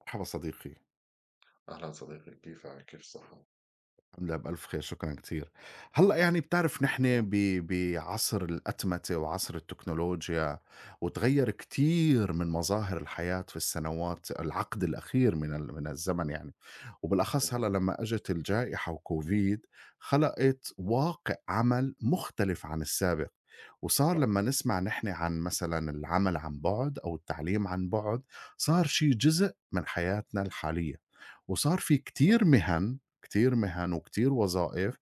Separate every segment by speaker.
Speaker 1: مرحبا صديقي.
Speaker 2: أهلا صديقي، كيفك؟ كيف الصحة؟
Speaker 1: عاملها بألف خير، شكرا كثير. هلا، يعني بتعرف نحن بعصر الأتمتة وعصر التكنولوجيا، وتغير كثير من مظاهر الحياة في السنوات العقد الأخير من الزمن يعني. وبالأخص
Speaker 2: أها،
Speaker 1: هلأ لمّا أجت الجائحة وكوفيد، خلقت واقع عمل مختلف عن السابق. وصار
Speaker 2: صح.
Speaker 1: لمّا نسمع نحن عن مثلًا العمل عن بُعد أو التعليم عن بُعد، صار شي جزء من حياتنا الحالية. وصار في
Speaker 2: آه،
Speaker 1: كتير مِهَن، كتير مِهَن وكتير وظائف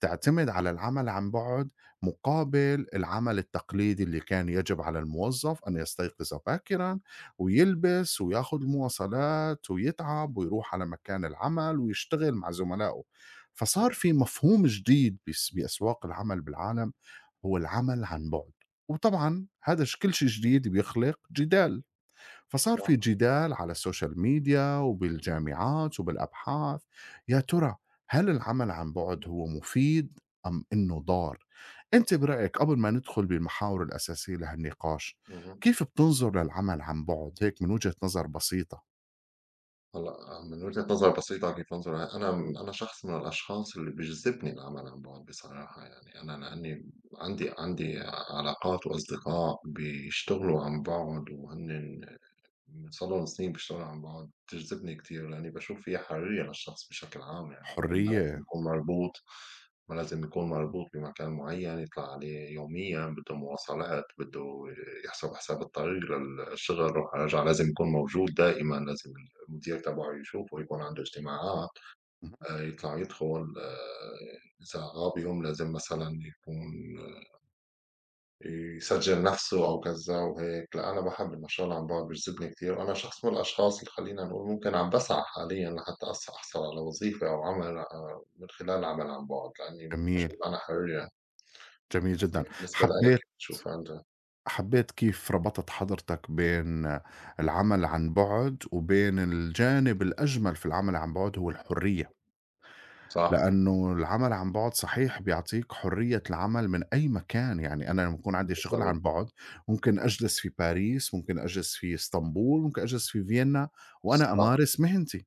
Speaker 1: تعتمد على العمل عن بُعد، مقابل العمل التقليدي اللي كان يجب على الموظف أن يستيقظ باكرًا ويلبس وياخد المواصلات ويتعب ويروح على مكان العمل ويشتغل مع زملائه. فصار
Speaker 2: صح.
Speaker 1: في مفهوم جديد بأسواق العمل بالعالم، هو العمل عن بعد. وطبعا هذا كل شيء جديد بيخلق جدال، فصار في
Speaker 2: صح.
Speaker 1: جدال على السوشيال ميديا وبالجامعات وبالابحاث. يا ترى، هل العمل عن بعد
Speaker 2: اهم.
Speaker 1: هو مفيد ام انه ضار؟ انت برايك، قبل ما ندخل بالمحاور الاساسيه لهالنقاش،
Speaker 2: اهم.
Speaker 1: كيف بتنظر للعمل عن بعد هيك من وجهه نظر بسيطه؟
Speaker 2: هلا آه، من وجهة نظر بسيطة كيف بنظر أنا. أنا شخص من الأشخاص اللي بيجذبني العمل عن بعد بصراحة، أنا لأني عندي علاقات وأصدقاء بيشتغلوا عن بعد وهن من صار لنا سنين باشتغل عن بُعد. بتجذبني كتير لإنّي باشوف فيها حرية للشخص بشكل عام، هو
Speaker 1: حريه.
Speaker 2: ما لازم يكون مربوط بمكان معيّن يطلع عليه يوميًا، بده مواصلات، بده يحسب حساب الطريق للشغل، روح رجع، لازم يكون موجود دائمًا، لازم المدير تبعه يشوفه، يكون عنده اجتماعات،
Speaker 1: مهم.
Speaker 2: يطلع يدخل، إذا غاب يوم لازم مثلًا يكون يسجل نفسه أو كذا وهيك. لأ أنا باحب إنه الشغل عن بُعد بيجذبني كتير، وأنا شخص من الأشخاص اللي خلّينا نقول ممكن عم باسعى حاليًا لحتى أحصل على وظيفة أو عمل من خلال العمل عن بُعد، لإني
Speaker 1: جميل،
Speaker 2: باشوف أنا حرية
Speaker 1: جميل
Speaker 2: شخصية.
Speaker 1: جدا.
Speaker 2: بالنسبة لإلك
Speaker 1: حبيت،
Speaker 2: كيف بتشوفها أنت؟
Speaker 1: حبيت كيف ربطت حضرتك بين العمل عن بعد، وبين الجانب الاجمل في العمل عن بعد هو الحريه.
Speaker 2: صح،
Speaker 1: لأنه العمل عن بُعد صحيح بيعطيك حرية العمل من أي مكان، يعني أنا لمّا يكون عندي شغل
Speaker 2: بالضبط،
Speaker 1: عن بُعد ممكن أجلس في باريس، ممكن أجلس في إسطنبول، ممكن أجلس في فيينا وأنا
Speaker 2: صح،
Speaker 1: أمارس مهنتي.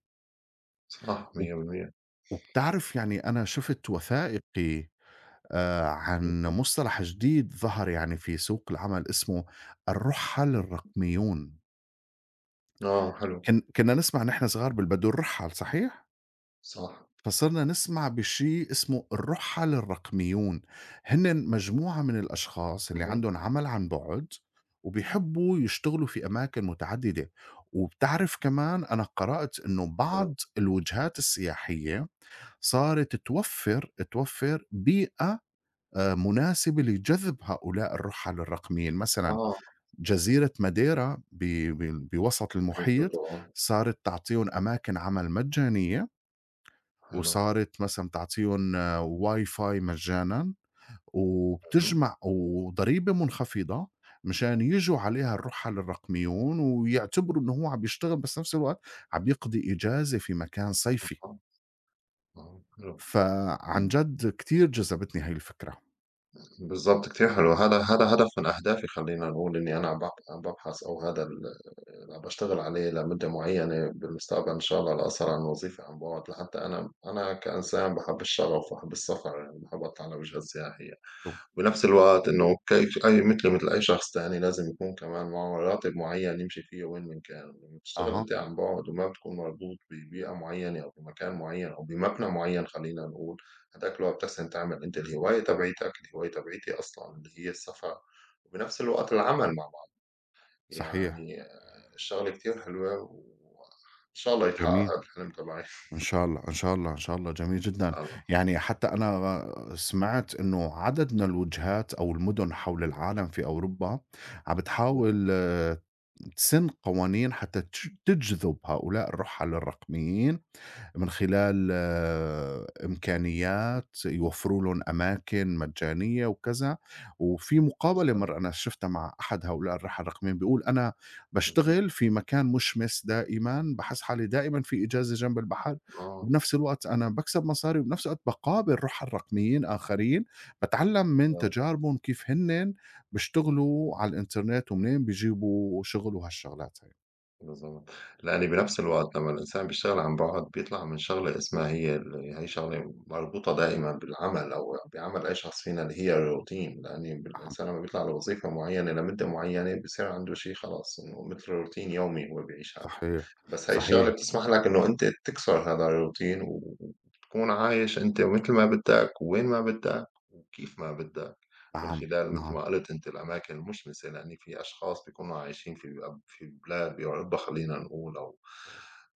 Speaker 2: صح
Speaker 1: وب
Speaker 2: 100%.
Speaker 1: وبتعرف يعني أنا شُفت وثائقي
Speaker 2: إمم،
Speaker 1: عن مصطلح جديد ظهر يعني في سوق العمل اسمه الرُحَّل
Speaker 2: إمم،
Speaker 1: الرقميون.
Speaker 2: آه حلو،
Speaker 1: كنا نسمع نحن صغار بالبدو الرُحَّل صحيح؟
Speaker 2: صح،
Speaker 1: فصرنا نسمع بشيء اسمه الرحل الرقميون. هن مجموعة من الأشخاص اللي
Speaker 2: اهم،
Speaker 1: عندهم عمل عن بعد وبيحبوا يشتغلوا في أماكن متعددة. وبتعرف كمان أنا قرأت أنه
Speaker 2: حلو،
Speaker 1: بعض الوجهات السياحية صارت توفر، توفر بيئة مناسبة لجذب هؤلاء الرحل الرقميين. مثلا
Speaker 2: آه،
Speaker 1: جزيرة ماديرا بوسط
Speaker 2: في كتب.
Speaker 1: المحيط
Speaker 2: آه،
Speaker 1: صارت تعطيهم أماكن عمل مجانية،
Speaker 2: حلو،
Speaker 1: وصارت مثلًا بتعطيهم WiFi مجانًا،
Speaker 2: اهم،
Speaker 1: وبتجمع وضريبة منخفضة مشان ييجوا عليها الرُّحَل الرقميون ويعتبروا إنه هو عم بيشتغل، بس نفس الوقت عم يقضي إجازة في مكان صيفي.
Speaker 2: أها، أها، حلو.
Speaker 1: فعن جد كتير جذبتني هاي الفكرة.
Speaker 2: بالضبط كتير حلو. هذا هذا هدف من أهدافي، خلّينا نقول إني أنا عم بابحث، أو هذا اللي عم باشتغل عليه لمدة معيّنة بالمستقبل إن شاء الله، لأسهر عن وظيفة عن بُعد، لحتى أنا. أنا كإنسان باحب الشغف، باحب السفر، باحب أطلع على وجهات سياحية. بنفس الوقت إنه كيف مثله مثل أي شخص تاني لازم يكون كمان معه راتب معيّن يمشي فيه وين من كان. لمّا بتشتغل
Speaker 1: أها،
Speaker 2: أنت عن بُعد وما بتكون مربوط ببيئة معيّنة أو بمكان معيّن أو بمبنى معيّن خلّينا نقول، هداك الوقت بتحسن تعمل أنت الهواية تبعيتك، الهواية تبعيتي أصلًا اللي هي السفر، وبنفس الوقت العمل مع بعض،
Speaker 1: صحيح،
Speaker 2: يعني الشغلة كتير حلوة، وإن شاء الله يتحقق
Speaker 1: جميل،
Speaker 2: هاد الحلم تبعي.
Speaker 1: إن شاء الله، إن شاء الله، إن شاء الله، جميل
Speaker 2: إن
Speaker 1: جدًا.
Speaker 2: شاء الله.
Speaker 1: يعني حتى أنا سمعت إنه عدد من الوجهات أو المدن حول العالم في أوروبا عم
Speaker 2: اهم،
Speaker 1: بتحاول تسن قوانين حتى تجذب هؤلاء الرُّحَل الرقميين من خلال إمكانيات، يوفّروا لهم أماكن مجانية وكذا. وفي مقابلة
Speaker 2: بالضبط،
Speaker 1: مرّة أنا شُفتها مع أحد هؤلاء الرحى الرقميين بيقول: "أنا
Speaker 2: اهم،
Speaker 1: باشتغل في مكان مُشمِس دائمًا، باحس حالي دائمًا في إجازة جنب البحر،
Speaker 2: آه،
Speaker 1: وبنفس الوقت أنا باكسب مصاري، وبنفس الوقت باقابل رُحَى رقميين آخرين، باتعلّم من
Speaker 2: بالضبط.
Speaker 1: تجاربهم كيف هنّن بيشتغلوا على الإنترنت، ومنين بيجيبوا شُغل وهالشغلات هاي."
Speaker 2: بالضبط. لإن بنفس الوقت لمّا الإنسان بيشتغل عن بُعد بيطلع من شغلة اسمها هي شغلة مربوطة دائمًا بالعمل أو بعمل أي شخص فينا اللي هي الروتين. لإن
Speaker 1: نعم،
Speaker 2: الإنسان لمّا بيطلع لوظيفة معيّنة لمدة معيّنة بصير عنده شي خلاص إنه متل روتين يومي هو بيعيش عليه.
Speaker 1: صحيح،
Speaker 2: بس هي الشغلة
Speaker 1: صحيح،
Speaker 2: بتسمح لك إنه أنت تكسر هذا الروتين، وتكون عايش أنت متل ما بدّك، ووين ما بدّك، وكيف ما بدّك، من
Speaker 1: نعم،
Speaker 2: خلال متل
Speaker 1: نعم،
Speaker 2: ما قُلت أنت الأماكن المشمسة. لإن في أشخاص بيكونوا عايشين في في بلاد بأوروبا خلّينا نقول، أو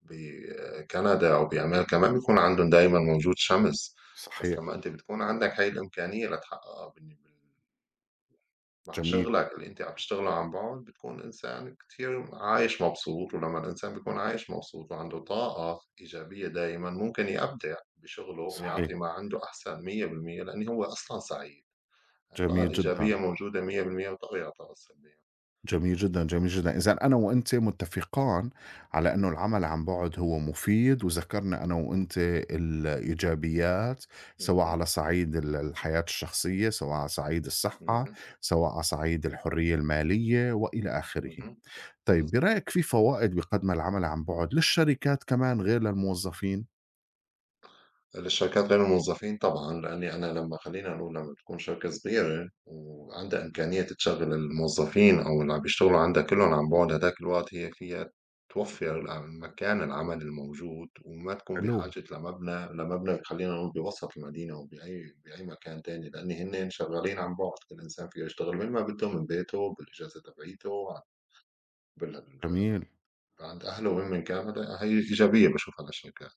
Speaker 2: بكندا أو بأمريكا، ما بيكون عندهم دايمًا موجود شمس. بس
Speaker 1: صحيح.
Speaker 2: لمّا أنت بتكون عندك هاي الإمكانية لتحققها مع
Speaker 1: جميل،
Speaker 2: شغلك اللي أنتِ عم تشتغله عن بُعد، بتكون إنسان كتير عايش مبسوط. ولمّا الإنسان بيكون عايش مبسوط وعنده طاقة إيجابية دايمًا، ممكن يبدع بشغله
Speaker 1: صحيح،
Speaker 2: ويعطي ما عنده أحسن 100%، لأن هو أصلًا سعيد. الطاقة
Speaker 1: جميل
Speaker 2: الإيجابية
Speaker 1: جدًا،
Speaker 2: موجودة 100% وطاغية على الطاقة السلبية.
Speaker 1: جميل جدًا، جميل جدًا. إذًا أنا وأنتِ متفقان على إنه العمل عن بُعد هو مفيد، وذكرنا أنا وأنتِ الإيجابيات، سواء
Speaker 2: اهم،
Speaker 1: على صعيد الحياة الشخصية، سواء على صعيد الصحة،
Speaker 2: اهم،
Speaker 1: سواء على صعيد الحرية المالية وإلى آخره.
Speaker 2: اهم،
Speaker 1: طيب،
Speaker 2: بالض
Speaker 1: برأيِك في فوائد بيقدمها العمل عن بُعد للشركات كمان غير للموظفين؟
Speaker 2: للشركات غير الموظفين طبعًا. لإنّي أنا لمّا خلّينا نقول لمّا تكون شركة صغيرة وعندها إمكانية تشغّل الموظفين أو اللي عم بيشتغلوا عندها كلّن عن بُعد، هيداك الوقت هي فيها توفّر مكان العمل الموجود، وما تكون
Speaker 1: حلو،
Speaker 2: بحاجة لمبنى خلّينا نقول بوسط المدينة أو بأي مكان تاني، لإن هنّن شغّالين عن بُعد. كل إنسان فيه يشتغل وين ما بده، من بيته، بالإجازة تبعيته، عن بال
Speaker 1: جميل،
Speaker 2: عند أهله وين من كان. هيدا هي إيجابية باشوفها للشركات.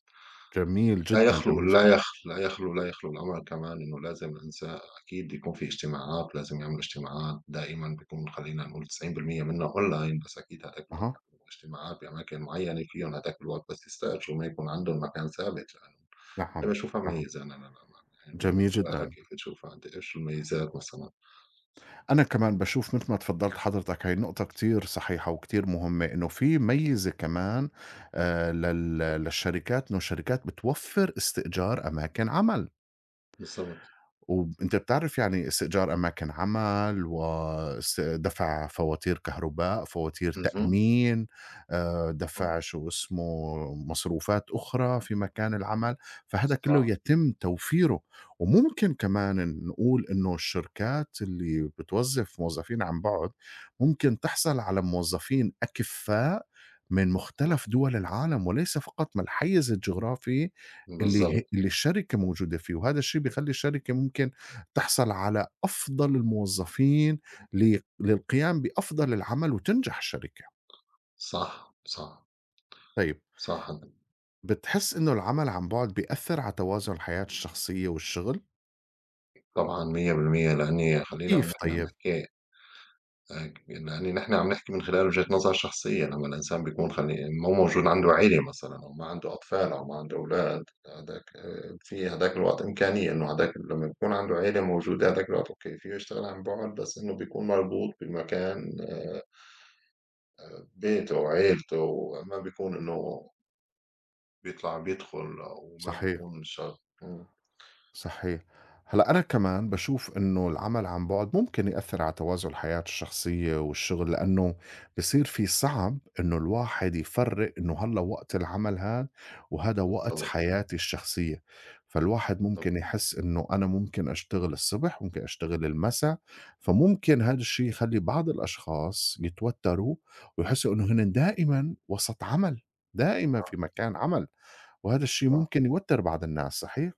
Speaker 1: جميل
Speaker 2: لا
Speaker 1: جدًا،
Speaker 2: يخلو
Speaker 1: جميل
Speaker 2: لا
Speaker 1: جدًا،
Speaker 2: يخلو لا يخلو لا يخلو الأمر كمان إنه لازم الإنسان أكيد يكون في اجتماعات، لازم يعمل اجتماعات دائمًا، بيكون خلّينا نقول 90% منها أونلاين. بس أكيد هداك الوقت
Speaker 1: أها،
Speaker 2: بيعملوا اجتماعات بأماكن معيّنة فيهم هداك الوقت بس، يستأجروا، ما يكون عندهم مكان ثابت لإلهم. أنا
Speaker 1: نعم،
Speaker 2: باشوفها
Speaker 1: نعم،
Speaker 2: ميزة أنا للأمانة،
Speaker 1: جميل
Speaker 2: بالنسبة لإلك
Speaker 1: جدًا.
Speaker 2: كيف بتشوفها أنت، إيش المميزات مثلًا؟
Speaker 1: أنا كمان باشوف متل ما اتفضّلت حضرتك هاي النقطة كتير صحيحة وكتير مهمة، إنه في ميزة كمان للشركات، إنه الشركات بتوفّر استئجار أماكن عمل.
Speaker 2: بالضبط،
Speaker 1: وأنت بتعرف يعني استئجار أماكن عمل، دفع فواتير كهرباء، فواتير
Speaker 2: اهم،
Speaker 1: تأمين،
Speaker 2: إمم،
Speaker 1: دفع شو اسمه مصروفات أخرى في مكان العمل، فهذا كله
Speaker 2: صح،
Speaker 1: يتم توفيره. وممكن كمان نقول إنه الشركات اللي بتوظّف موظفين عن بُعد، ممكن تحصل على موظفين أكفاء من مختلف دول العالم، وليس فقط من الحيز الجغرافي
Speaker 2: بالضبط،
Speaker 1: اللي الشركة موجودة فيه، وهذا الشيء بيخلّي الشركة ممكن تحصل على أفضل الموظفين للقيام بأفضل العمل وتنجح الشركة.
Speaker 2: صح، صح،
Speaker 1: طيب،
Speaker 2: صح،
Speaker 1: بتحس إنه العمل عن بُعد بيأثّر على توازن الحياة الشخصية والشغل؟
Speaker 2: طبعًا 100%. لإني خلّينا
Speaker 1: كيف
Speaker 2: نحن عم
Speaker 1: طيب؟
Speaker 2: نحكي يعني نحن عم نحكي من خلال وجهة نظر شخصية. لمّا الإنسان بيكون ما هو موجود عنده عيلة مثلًا أو ما عنده أطفال أو ما عنده أولاد، هداك في هداك الوقت إمكانية إنه لمّا بيكون عنده عيلة موجودة هداك الوقت أوكي، فيه يشتغل عن بُعد، بس إنه بيكون مربوط بمكان بيته وعيلته، ما بيكون إنه بيطلع بيدخل أو ما
Speaker 1: صحيح،
Speaker 2: بيكون إمم،
Speaker 1: صحيح. هلأ أنا كمان باشوف إنه العمل عن بُعد ممكن يأثّر على توازن الحياة الشخصية والشغل، لإنه بصير في صعب إنه الواحد يفرّق إنه هلّا وقت العمل هاد وهذا وقت
Speaker 2: بالضبط،
Speaker 1: حياتي الشخصية. فالواحد
Speaker 2: بالضبط،
Speaker 1: ممكن يحس إنه أنا ممكن أشتغل الصبح، ممكن أشتغل المسا، فممكن هاد الشي يخلّي بعض الأشخاص يتوتّروا ويحسّوا إنه هنن دائمًا وسط عمل، دائمًا
Speaker 2: صح،
Speaker 1: في مكان عمل، وهذا الشي
Speaker 2: صح.
Speaker 1: ممكن يوتّر بعض الناس، صحيح،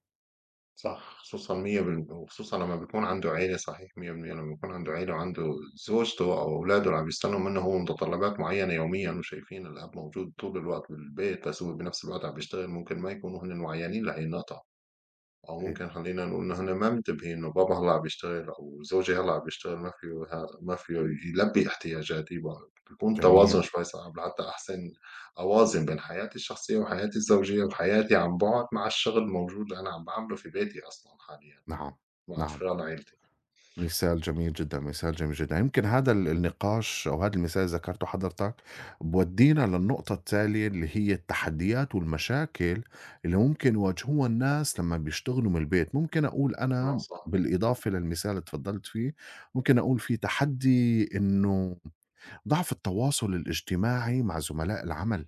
Speaker 2: صح، خصوصًا 100%، وخصوصًا لمّا بيكون عنده عيلة صحيح 100%. لمّا يكون عنده عيلة، وعنده زوجته أو أولاده اللي عم بيستنوا منه هو متطلبات معيّنة يوميًا، وشايفين الأب موجود طول الوقت بالبيت، بس هو بنفس الوقت عم بيشتغل، ممكن ما يكونوا هُنن وعيانين لهي النقطة. أو
Speaker 1: صحيح،
Speaker 2: ممكن خلّينا نقول إن إحنا ما منتبهين إنه بابا هلأ عم بيشتغل أو زوجي هلأ عم بيشتغل، ما فيو ما فيو يلبّي احتياجاتي، بقى بيكون
Speaker 1: جميل.
Speaker 2: التوازن شوي صعب لحتى أحسن أوازن بين حياتي الشخصية وحياتي الزوجية وحياتي عن بُعد مع الشغل الموجود اللي أنا عم باعمله في بيتي أصلًا حاليًا
Speaker 1: نعم،
Speaker 2: مع
Speaker 1: نعم،
Speaker 2: أفراد عيلتي.
Speaker 1: مثال جميل جدًا، مثال جميل جدًا. يمكن هذا النقاش أو هذا المثال اللي ذكرته حضرتك بيودينا للنقطة التالية اللي هي التحديات والمشاكل اللي ممكن يواجهوها الناس لمّا بيشتغلوا من البيت. ممكن أقول
Speaker 2: آه
Speaker 1: أنا
Speaker 2: صح.
Speaker 1: بالإضافة للمثال اللي اتفضّلت فيه، ممكن أقول في تحدي إنه ضعف التواصل الاجتماعي مع زملاء العمل.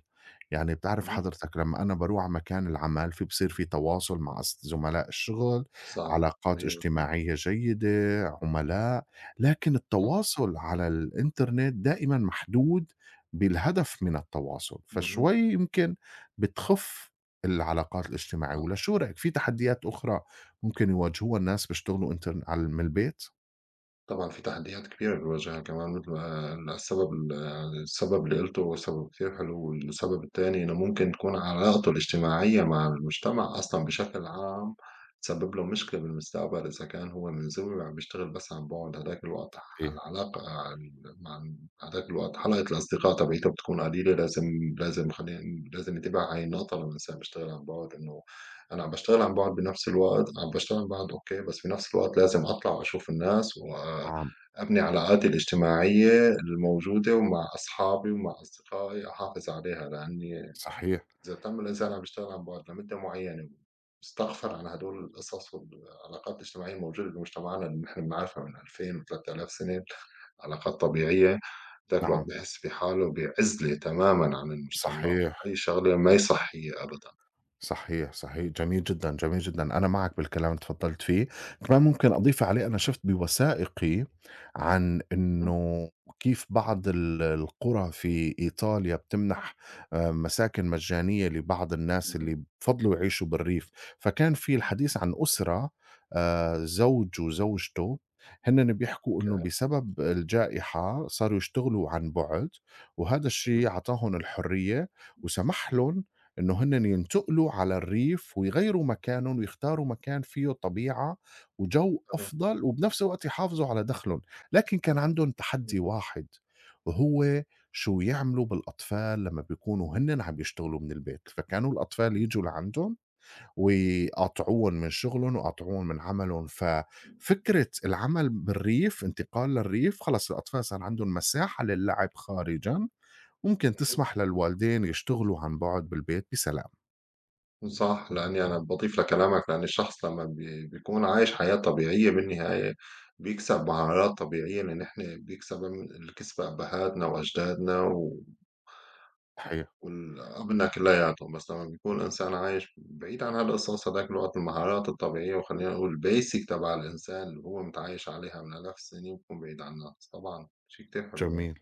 Speaker 1: يعني بتعرف
Speaker 2: اهم.
Speaker 1: حضرتك لمّا أنا باروح على مكان العمل في بصير في تواصل مع زملاء الشغل،
Speaker 2: صح.
Speaker 1: علاقات
Speaker 2: 100%.
Speaker 1: اجتماعية جيدة، عملاء، لكن
Speaker 2: صح.
Speaker 1: التواصل على الإنترنت دائمًا محدود بالهدف من التواصل، فشوي
Speaker 2: اهم.
Speaker 1: يمكن بتخف العلاقات الاجتماعية.
Speaker 2: صح.
Speaker 1: والّا
Speaker 2: مهم.
Speaker 1: شو رأيك في تحديات أخرى ممكن يواجهوها الناس بيشتغلوا إنترن على من البيت؟
Speaker 2: طبعًا في تحديات كبيرة بنواجهها كمان، مثل ما ال السبب السبب اللي قُلته هو سبب كتير حلو. والسبب التاني إنه ممكن تكون علاقته الاجتماعية مع المجتمع أصلًا بشكل عام تسبب له مشكلة بالمستقبل، إذا كان هو من زوي وعم بيشتغل بس عن بُعد، هداك الوقت
Speaker 1: صحيح،
Speaker 2: العلاقة ال مع هداك الوقت حلقة الأصدقاء تبعيته بتكون قليلة. لازم، لازم خلينا ن لازم ننتبه على هاي النقطة لمّا الإنسان بيشتغل عن بُعد، إنه أنا باشتغل عن بُعد أوكي، بس في نفس الوقت لازم أطلع وأشوف الناس
Speaker 1: نعم،
Speaker 2: وأبني علاقاتي الاجتماعية الموجودة، ومع أصحابي ومع أصدقائي أحافظ عليها. لأني
Speaker 1: صحيح،
Speaker 2: إذا تم الإنسان عم يشتغل عن بُعد لمدة معيّنة واستغفل عن هدول القصص والعلاقات الاجتماعية الموجودة بمجتمعنا اللي نحن بنعرفها من 2000 و3000 سنة، علاقات طبيعية، ذاك الوقت
Speaker 1: نعم،
Speaker 2: بيحس في حاله بعزلة تمامًا عن المجتمع.
Speaker 1: صحيح.
Speaker 2: هاي شغلة ما هي صحية أبدًا.
Speaker 1: صحيح، صحيح، جميل جدًا، جميل جدًا، أنا معك بالكلام اللي اتفضّلت فيه. كمان ممكن أضيف عليه، أنا شُفت بوثائقي عن
Speaker 2: اهم،
Speaker 1: إنه كيف بعض القرى في إيطاليا بتمنح مساكن مجانية لبعض الناس
Speaker 2: اهم،
Speaker 1: اللي بفضلوا يعيشوا بالريف. فكان في الحديث عن أسرة، زوج وزوجته، هنّن بيحكوا إنه بسبب الجائحة صاروا يشتغلوا عن بُعد، وهذا الشي
Speaker 2: اهم،
Speaker 1: عطاهم الحرية وسمح لهم إنه هنّن ينتقلوا على الريف ويغيّروا مكانهم ويختاروا مكان فيه طبيعة وجَو
Speaker 2: أنا
Speaker 1: أفضل وبنفس الوقت يحافظوا على دَخْلهم. لكن كان عندهم تحدّي واحد، وهو شو يعملوا بالأطفال لمّا بيكونوا هنّن عم يشتغلوا من البيت، فكانوا الأطفال ييجوا لعندهم ويقاطعوهم من شُغلهم ويقاطعوهم من عملهم. ففكرة العمل بالريف انتقال للريف، خلص الأطفال صار عندهم مساحة للعب خارجًا، ممكن تسمح للوالدين يشتغلوا عن بُعد بالبيت بسلام.
Speaker 2: صح، لأني أنا باضيف لكلامك، لأن الشخص لمّا بي بيكون عايش حياة طبيعية بالنهاية بيكسب مهارات طبيعية، لإن إحنا بيكسبها من اللي كسبها أبهاتنا وأجدادنا و
Speaker 1: صحيح.
Speaker 2: والأبناء كلّياتهم. بس لمّا بيكون إنسان عايش بعيد عن هالقصص، هداك الوقت المهارات الطبيعية وخلّينا نقول basic تبع الإنسان اللي هو متعايش عليها من آلاف السنين بيكون بعيد عنّا. طبعًا شي كتير حلو.
Speaker 1: جميل،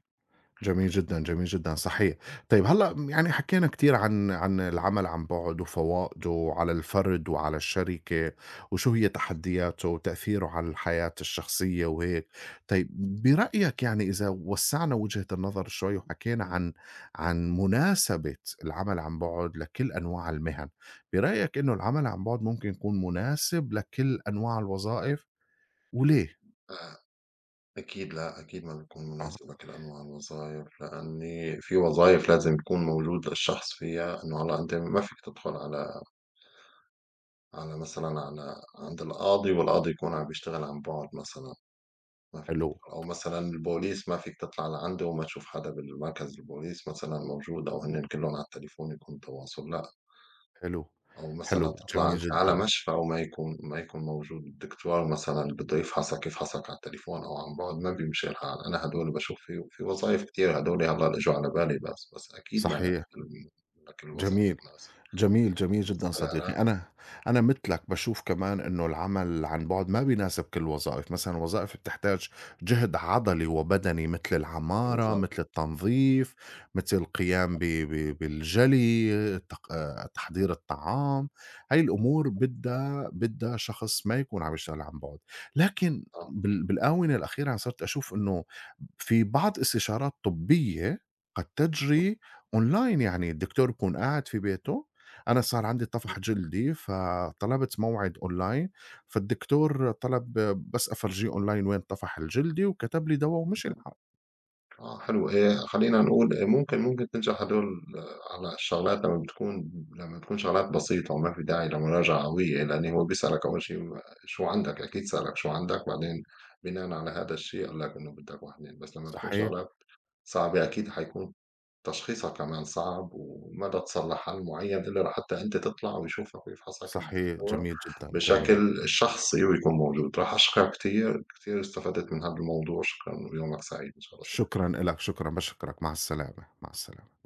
Speaker 1: جميل جدًا، جميل جدًا، صحيح. طيب هلّأ يعني حكينا كتير عن عن العمل عن بُعد وفوائده على الفرد وعلى الشركة وشو هي تحدياته وتأثيره على الحياة الشخصية وهيك. طيب، برأيك يعني إذا وسّعنا وجهة النظر شوي وحكينا عن عن مناسبة العمل عن بُعد لكل أنواع المهن، برأيك إنه العمل عن بُعد ممكن يكون مناسب لكل أنواع الوظائف وليه؟
Speaker 2: آآ أكيد لأ، أكيد ما بتكون
Speaker 1: آه،
Speaker 2: مناسبة كده أنواع الوظايف، لأني في وظايف لازم يكون موجود الشخص فيها، إنه أنت ما فيك تدخل على مثلًا على عند القاضي والقاضي يكون عم بيشتغل عن بُعد مثلًا، ما فيك
Speaker 1: حلو.
Speaker 2: تدخل. أو مثلًا البوليس، ما فيك تطلع لعنده وما تشوف حدا بالمركز البوليس مثلًا موجود، أو هنّن كلّن على التليفون يكون تواصل، لأ.
Speaker 1: حلو،
Speaker 2: أو
Speaker 1: حلو،
Speaker 2: مثلًا تطلع
Speaker 1: جميل
Speaker 2: أنتِ
Speaker 1: جدًا،
Speaker 2: على مشفى وما يكون ما يكون موجود الدكتور مثلًا بده يفحصك، يفحصك على التليفون أو عن بُعد، ما بيمشي الحال. أنا هدول باشوف في وظايف كتير هدول هلّأ اللي إجوا على بالي بس، بس أكيد
Speaker 1: صحيح،
Speaker 2: ما لك الوظايف
Speaker 1: جميل،
Speaker 2: المناسبة
Speaker 1: جميل، جميل جدًا
Speaker 2: بالنسبة
Speaker 1: صديقي.
Speaker 2: لإلك
Speaker 1: أنا، أنا مثلك باشوف كمان إنه العمل عن بُعد ما بيناسب كل الوظائف. مثلًا الوظائف بتحتاج جهد عضلي وبدني مثل العمارة،
Speaker 2: بالضبط
Speaker 1: مثل التنظيف، مثل القيام ب بالجلي، التق تحضير الطعام. هاي الأمور بدها، بدها شخص ما يكون عم يشتغل عن بُعد. لكن بالآونة الأخيرة صرت أشوف إنه في بعض استشارات طبية قد
Speaker 2: آه.
Speaker 1: تجري أونلاين، يعني الدكتور بيكون قاعد في بيته. أنا صار عندي طفح جلدي فطلبت موعد أونلاين، فالدكتور طلب بس أفرجيه أونلاين وين طفح الجلدي وكتب لي دوا ومشي الحال.
Speaker 2: آه حلو، خلّينا نقول ممكن تنجح هدول آه، على الشغلات لمّا تكون شغلات بسيطة وما في داعي لمراجعة قوية، إيه، لإن هو بيسألك أول شي شو عندك، أكيد سألك شو عندك، بعدين بناءً على هذا الشي قال لك إنه بدك 1، 2، بس لمّا تكون
Speaker 1: صحيح،
Speaker 2: شغلات صعبة أكيد حيكون تشخيصها كمان صعب، وما بدها تطلّع حل معيّن إلّا لحتى أنت تطلع ويشوفك ويفحصك
Speaker 1: صحيح،
Speaker 2: الدكتور
Speaker 1: جميل جدًا، جميل.
Speaker 2: بشكل شخصي ويكون موجود. راح أشكرك كتير، كتير استفدت من هذا الموضوع. شكرًا ويومك سعيد إن شاء الله.
Speaker 1: شكرًا إلك، شكرًا، باشكرك، مع السلامة، مع السلامة.